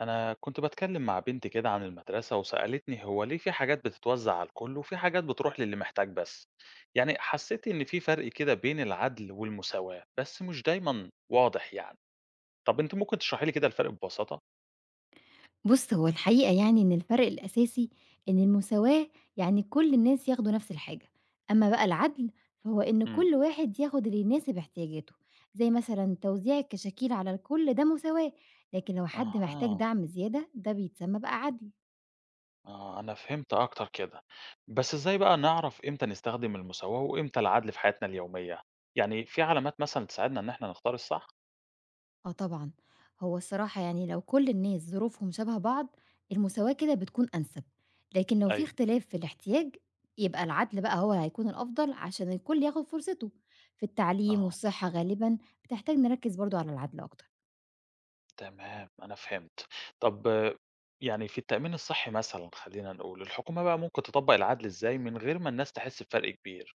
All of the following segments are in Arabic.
أنا كنت بتكلم مع بنتي كده عن المدرسة وسألتني هو ليه في حاجات بتتوزع على الكل وفي حاجات بتروح للي محتاج بس. يعني حسيت إن في فرق كده بين العدل والمساواة، بس مش دايما واضح يعني. طب أنت ممكن تشرحي لي كده الفرق ببساطة؟ بُص، هو الحقيقة يعني إن الفرق الأساسي إن المساواة يعني كل الناس ياخدوا نفس الحاجة، أمّا بقى العدل فهو إن امم كل واحد ياخد اللي يناسب احتياجاته، زي مثلًا توزيع الكشاكيل على الكل ده مساواة، لكن لو حد محتاج أها، دعم زيادة ده بيتسمى بقى عدل. آه أنا فهمت أكتر كده. بس إزاي بقى نعرف إمتى نستخدم المساواة وإمتى العدل في حياتنا اليومية؟ يعني في علامات مثلا تساعدنا إن إحنا نختار الصح؟ آه طبعًا، هو الصراحة يعني لو كل الناس ظروفهم شبه بعض، المساواة كده بتكون أنسب، لكن لو في أيوه، اختلاف في الاحتياج، يبقى العدل بقى هو اللي هيكون الأفضل عشان الكل ياخد فرصته. في التعليم أه والصحة غالبًا بتحتاج نركز برضه على العدل أكتر. تمام، أنا فهمت. طب يعني في التأمين الصحّي مثلًا خلّينا نقول، الحكومة بقى ممكن تطبّق العدل إزاي من غير ما الناس تحس بفرق كبير؟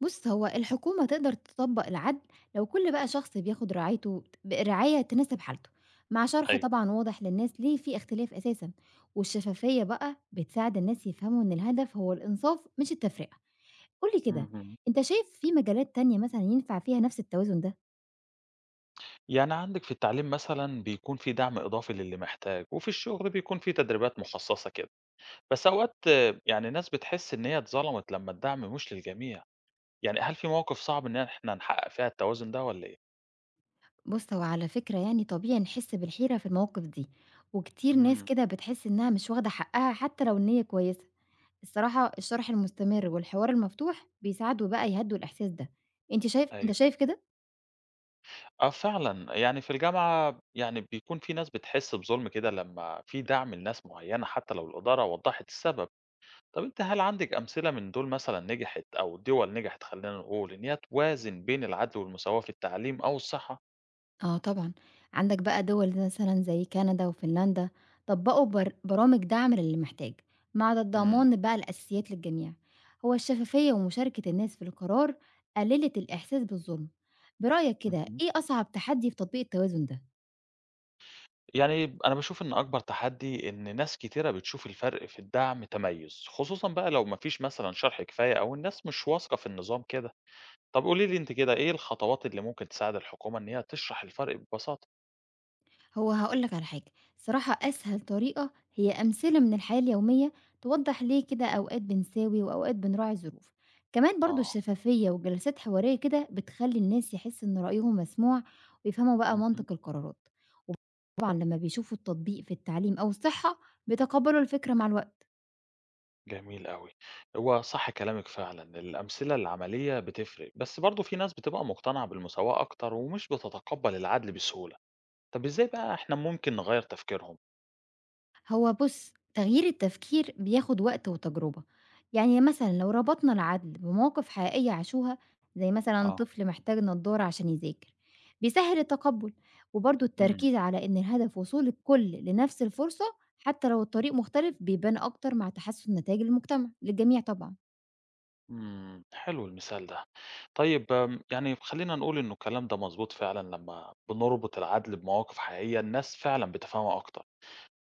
بُص، هو الحكومة تقدر تطبّق العدل لو كل بقى شخص بياخد رعايته برعاية تناسب حالته، مع شرح أيوه. طبعًا واضح للناس ليه في اختلاف أساسًا، والشفافية بقى بتساعد الناس يفهموا إن الهدف هو الإنصاف مش التفرقة. قُل لي كده، اهم. أنت شايف في مجالات تانية مثلًا ينفع فيها نفس التوازن ده؟ يعني عندِك في التعليم مثلًا بيكون في دعم إضافي للي محتاج، وفي الشغل بيكون في تدريبات مخصّصة كده. بس أوقات يعني الناس بتحس إن هي اتظلمت لمّا الدعم مش للجميع. يعني هل في مواقف صعب إن إحنا نحقق فيها التوازن ده والّا إيه؟ بُص، هو على فكرة يعني طبيعي نحس بالحيرة في المواقف دي، وكتير ناس إمم، كده بتحس إنها مش واخدة حقها حتى لو النية كويسة. الصراحة الشرح المستمر والحوار المفتوح بيساعدوا بقى يهدّوا الإحساس ده. أنت شايف أنت أيوه. شايف كده؟ آه فعلًا، يعني في الجامعة يعني بيكون في ناس بتحس بظلم كده لمّا في دعم لناس معيّنة حتى لو الإدارة وضّحت السبب. طب أنت هل عندِك أمثلة من دول مثلًا نجحت أو دول نجحت خلّينا نقول إن هي توازن بين العدل والمساواة في التعليم أو الصحة؟ آه طبعًا، عندك بقى دول مثلًا زي كندا وفنلندا طبّقوا برامج دعم للي محتاج، مع إمم، ضمان بقى الأساسيات للجميع. هو الشفافية ومشاركة الناس في القرار قلّلت الإحساس بالظلم. برأيك كده اهم. إيه أصعب تحدي في تطبيق التوازن ده؟ يعني أنا باشوف إن أكبر تحدي إن ناس كتيرة بتشوف الفرق في الدعم تميُّز، خصوصًا بقى لو ما فيش مثلًا شرح كفاية أو الناس مش واثقة في النظام كده. طب قولي لي أنتِ كده إيه الخطوات اللي ممكن تساعد الحكومة إن هي تشرح الفرق ببساطة؟ هو هاقول لك على حاجة، صراحة أسهل طريقة هي أمثلة من الحياة اليومية توضّح ليه كده أوقات بنساوي وأوقات بنراعي الظروف، كمان برضه آه. الشفافية وجلسات حوارية كده بتخلّي الناس يحسّوا إن رأيهم مسموع ويفهموا بقى اهم، منطق القرارات، طبعًا لمّا بيشوفوا التطبيق في التعليم أو الصحة بيتقبّلوا الفكرة مع الوقت. جميل أوي. هو صح كلامِك فعلًا، الأمثلة العملية بتفرق، بس برضه في ناس بتبقى مقتنعة بالمساواة أكتر ومش بتتقبّل العدل بسهولة. طَب إزاي بقى إحنا ممكن نغيّر تفكيرهم؟ هو بُص، تغيير التفكير بياخد وقت وتجربة، يعني مثلًا لو ربطنا العدل بمواقف حقيقية عاشوها، زي مثلًا آه. طفل محتاج نضارة عشان يذاكر، بيسهّل التقبُّل، وبرضه إمم، التركيز على إن الهدف وصول الكل لنفس الفرصة حتى لو الطريق مختلف بيبان أكتر مع تحسّن نتايج المجتمع للجميع طبعًا. إمم، حلو المثال ده. طيب يعني خلّينا نقول إنه الكلام ده مضبوط فعلًا لمّا بنربط العدل بمواقف حقيقية الناس فعلًا بتفهمه أكتر.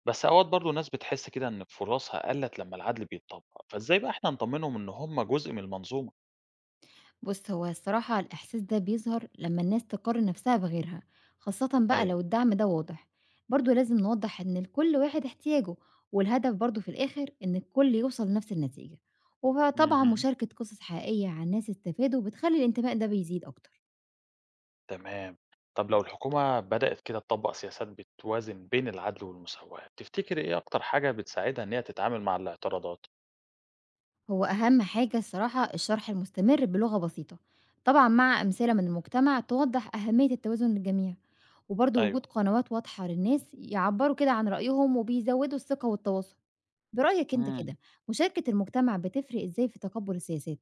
بس أوقات برضه الناس بتحس كده إن فرصها قَلّت لمّا العدل بيتطبّق، فإزاي بقى إحنا نطمّنهم إن هم جزء من المنظومة؟ بُص، هو الصراحة الإحساس ده بيظهر لمّا الناس تقارن نفسها بغيرها، خاصةً بقى لو أيوه. الدعم ده واضح، برضه لازم نوضح إن لكل واحد احتياجه، والهدف برضه في الآخر إن الكل يوصل لنفس النتيجة، وطبعًا اهم. مشاركة قصص حقيقية عن ناس استفادوا بتخلي الانتماء ده بيزيد أكتر. تمام. طب لو الحكومة بدأت كده تطبق سياسات بتوازن بين العدل والمساواة تفتكر إيه أكتر حاجة بتساعدها إن هي تتعامل مع الاعتراضات؟ هو أهم حاجة الصراحة الشرح المستمر بلغة بسيطة، طبعًا مع أمثلة من المجتمع توضح أهمية التوازن للجميع، وبرضه أيوه، وجود قنوات واضحة للناس يعبروا كده عن رأيهم وبيزودوا الثقة والتواصل. برأيك أنت مم. كده، مشاركة المجتمع بتفرق إزاي في تقبُّل السياسات؟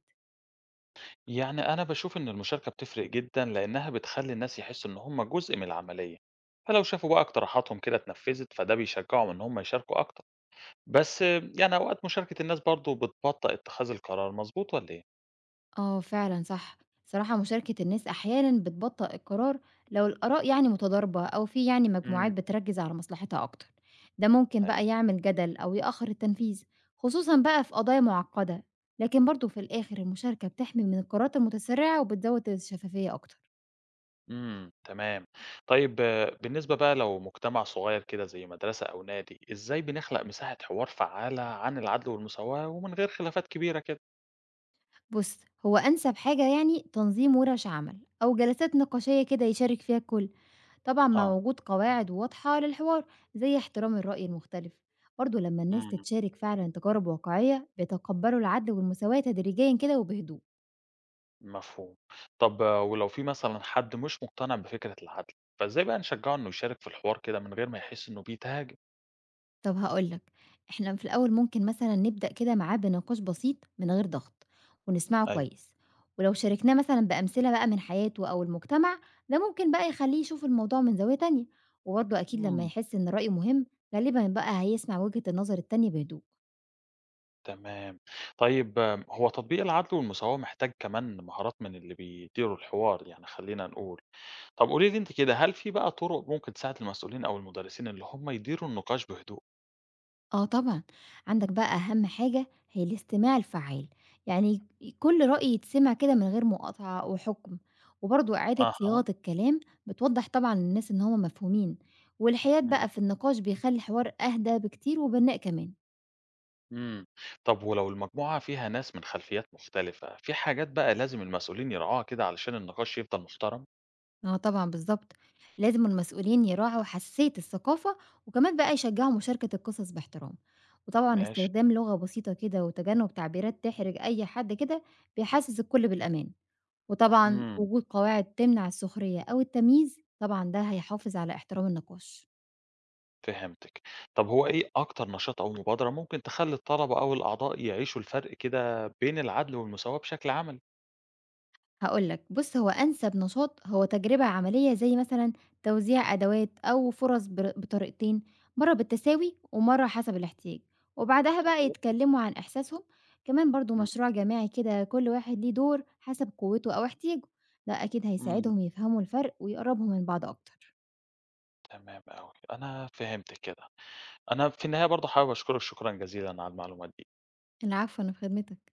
يعني أنا بشوف إن المشاركة بتفرق جدا لأنها بتخلي الناس يحسوا إن هم جزء من العملية، فلو شافوا بقى اقتراحاتهم كده اتنفذت فده بيشجعهم إن هم يشاركوا أكتر. بس يعني أوقات مشاركة الناس برضو بتبطئ اتخاذ القرار، مظبوط ولا إيه؟ آه فعلًا صح، صراحة مشاركة الناس أحيانًا بتبطّئ القرار لو الآراء يعني متضاربة أو في يعني مجموعات امم بتركّز على مصلحتها أكتر، ده ممكن بقى يعمل جدل أو يأخّر التنفيذ، خصوصًا بقى في قضايا معقّدة، لكن برضه في الآخر المشاركة بتحمي من القرارات المتسرّعة وبتزوّد الشفافية أكتر. إمم، تمام. طيب بالنسبة بقى لو مجتمع صغير كده زي مدرسة أو نادي، إزاي بنخلق مساحة حوار فعّالة عن العدل والمساواة ومن غير خلافات كبيرة كده؟ بُص، هو أنسب حاجة يعني تنظيم وِرش عمل أو جلسات نقاشية كده يشارك فيها الكل. طبعًا مع آه، وجود قواعد واضحة للحوار، زي احترام الرأي المختلف. برضه لمّا الناس إمم، تتشارك فعلًا تجارب واقعية، بيتقبلوا العدل والمساواة تدريجيًا كده وبهدوء. مفهوم. طب ولو في مثلًا حد مش مقتنع بفكرة العدل، فإزاي بقى نشجّعه إنه يشارك في الحوار كده من غير ما يحس إنه بيتهاجم؟ طب هاقول لك، إحنا في الأول ممكن مثلًا نبدأ كده معاه بنقاش بسيط من غير ضغط، ونسمعه أيوه. كويس. ولو شاركناه مثلًا بأمثلة بقى من حياته أو المجتمع، ده ممكن بقى يخلّيه يشوف الموضوع من زاوية تانية. وبرضه أكيد لمّا إمم، يحس إن رأيه مهم، غالبًا بقى هيسمع وجهة النظر التانية بهدوء. تمام. طيب هو تطبيق العدل والمساواة محتاج كمان مهارات من اللي بيديروا الحوار يعني خلّينا نقول. طب قولي لي أنتِ كده، هل في بقى طُرق ممكن تساعد المسؤولين أو المدرسين اللي هم يديروا النقاش بهدوء؟ آه طبعًا، عندك بقى أهم حاجة هي الاستماع الفعّال، يعني كل رأي يتسمع كده من غير مقاطعة أو حُكم، وبرضه إعادة أها، صياغة الكلام بتوضّح طبعًا للناس إن هُم مفهومين، والحياد إمم، بقى في النقاش بيخلّي الحوار أهدى بكتير وبنّاء كمان. إمم. طب ولو المجموعة فيها ناس من خلفيات مختلفة، في حاجات بقى لازم المسؤولين يراعوها كده علشان النقاش يفضل محترم؟ آه طبعًا بالضبط، لازم المسؤولين يراعوا حساسية الثقافة، وكمان بقى يشجّعوا مشاركة القصص باحترام، وطبعًا ماشي، استخدام لغة بسيطة كده وتجنب تعبيرات تحرج أي حد كده بيحسّس الكل بالأمان. وطبعًا إمم، وجود قواعد تمنع السخرية أو التمييز، طبعًا ده هيحافظ على احترام النقاش. فهمتِك. طب هو إيه أكتر نشاط أو مبادرة ممكن تخلّي الطلبة أو الأعضاء يعيشوا الفرق كده بين العدل والمساواة بشكل عملي؟ هاقول لك، بُص هو أنسب نشاط هو تجربة عملية زي مثلًا توزيع أدوات أو فرص بطريقتين، مرّة بالتساوي ومرّة حسب الاحتياج، وبعدها بقى طيب، يتكلموا عن إحساسهم، كمان برضه إمم، مشروع جماعي كده كل واحد ليه دور حسب قوته أو احتياجه، ده أكيد إمم، هيساعدهم يفهموا الفرق ويقربوا من بعض أكتر. تمام أوي، أنا فهمتِك كده. أنا في النهاية برضه حابب أشكرِك شكرًا جزيلًا على المعلومات دي. العفو، أنا في خدمتك.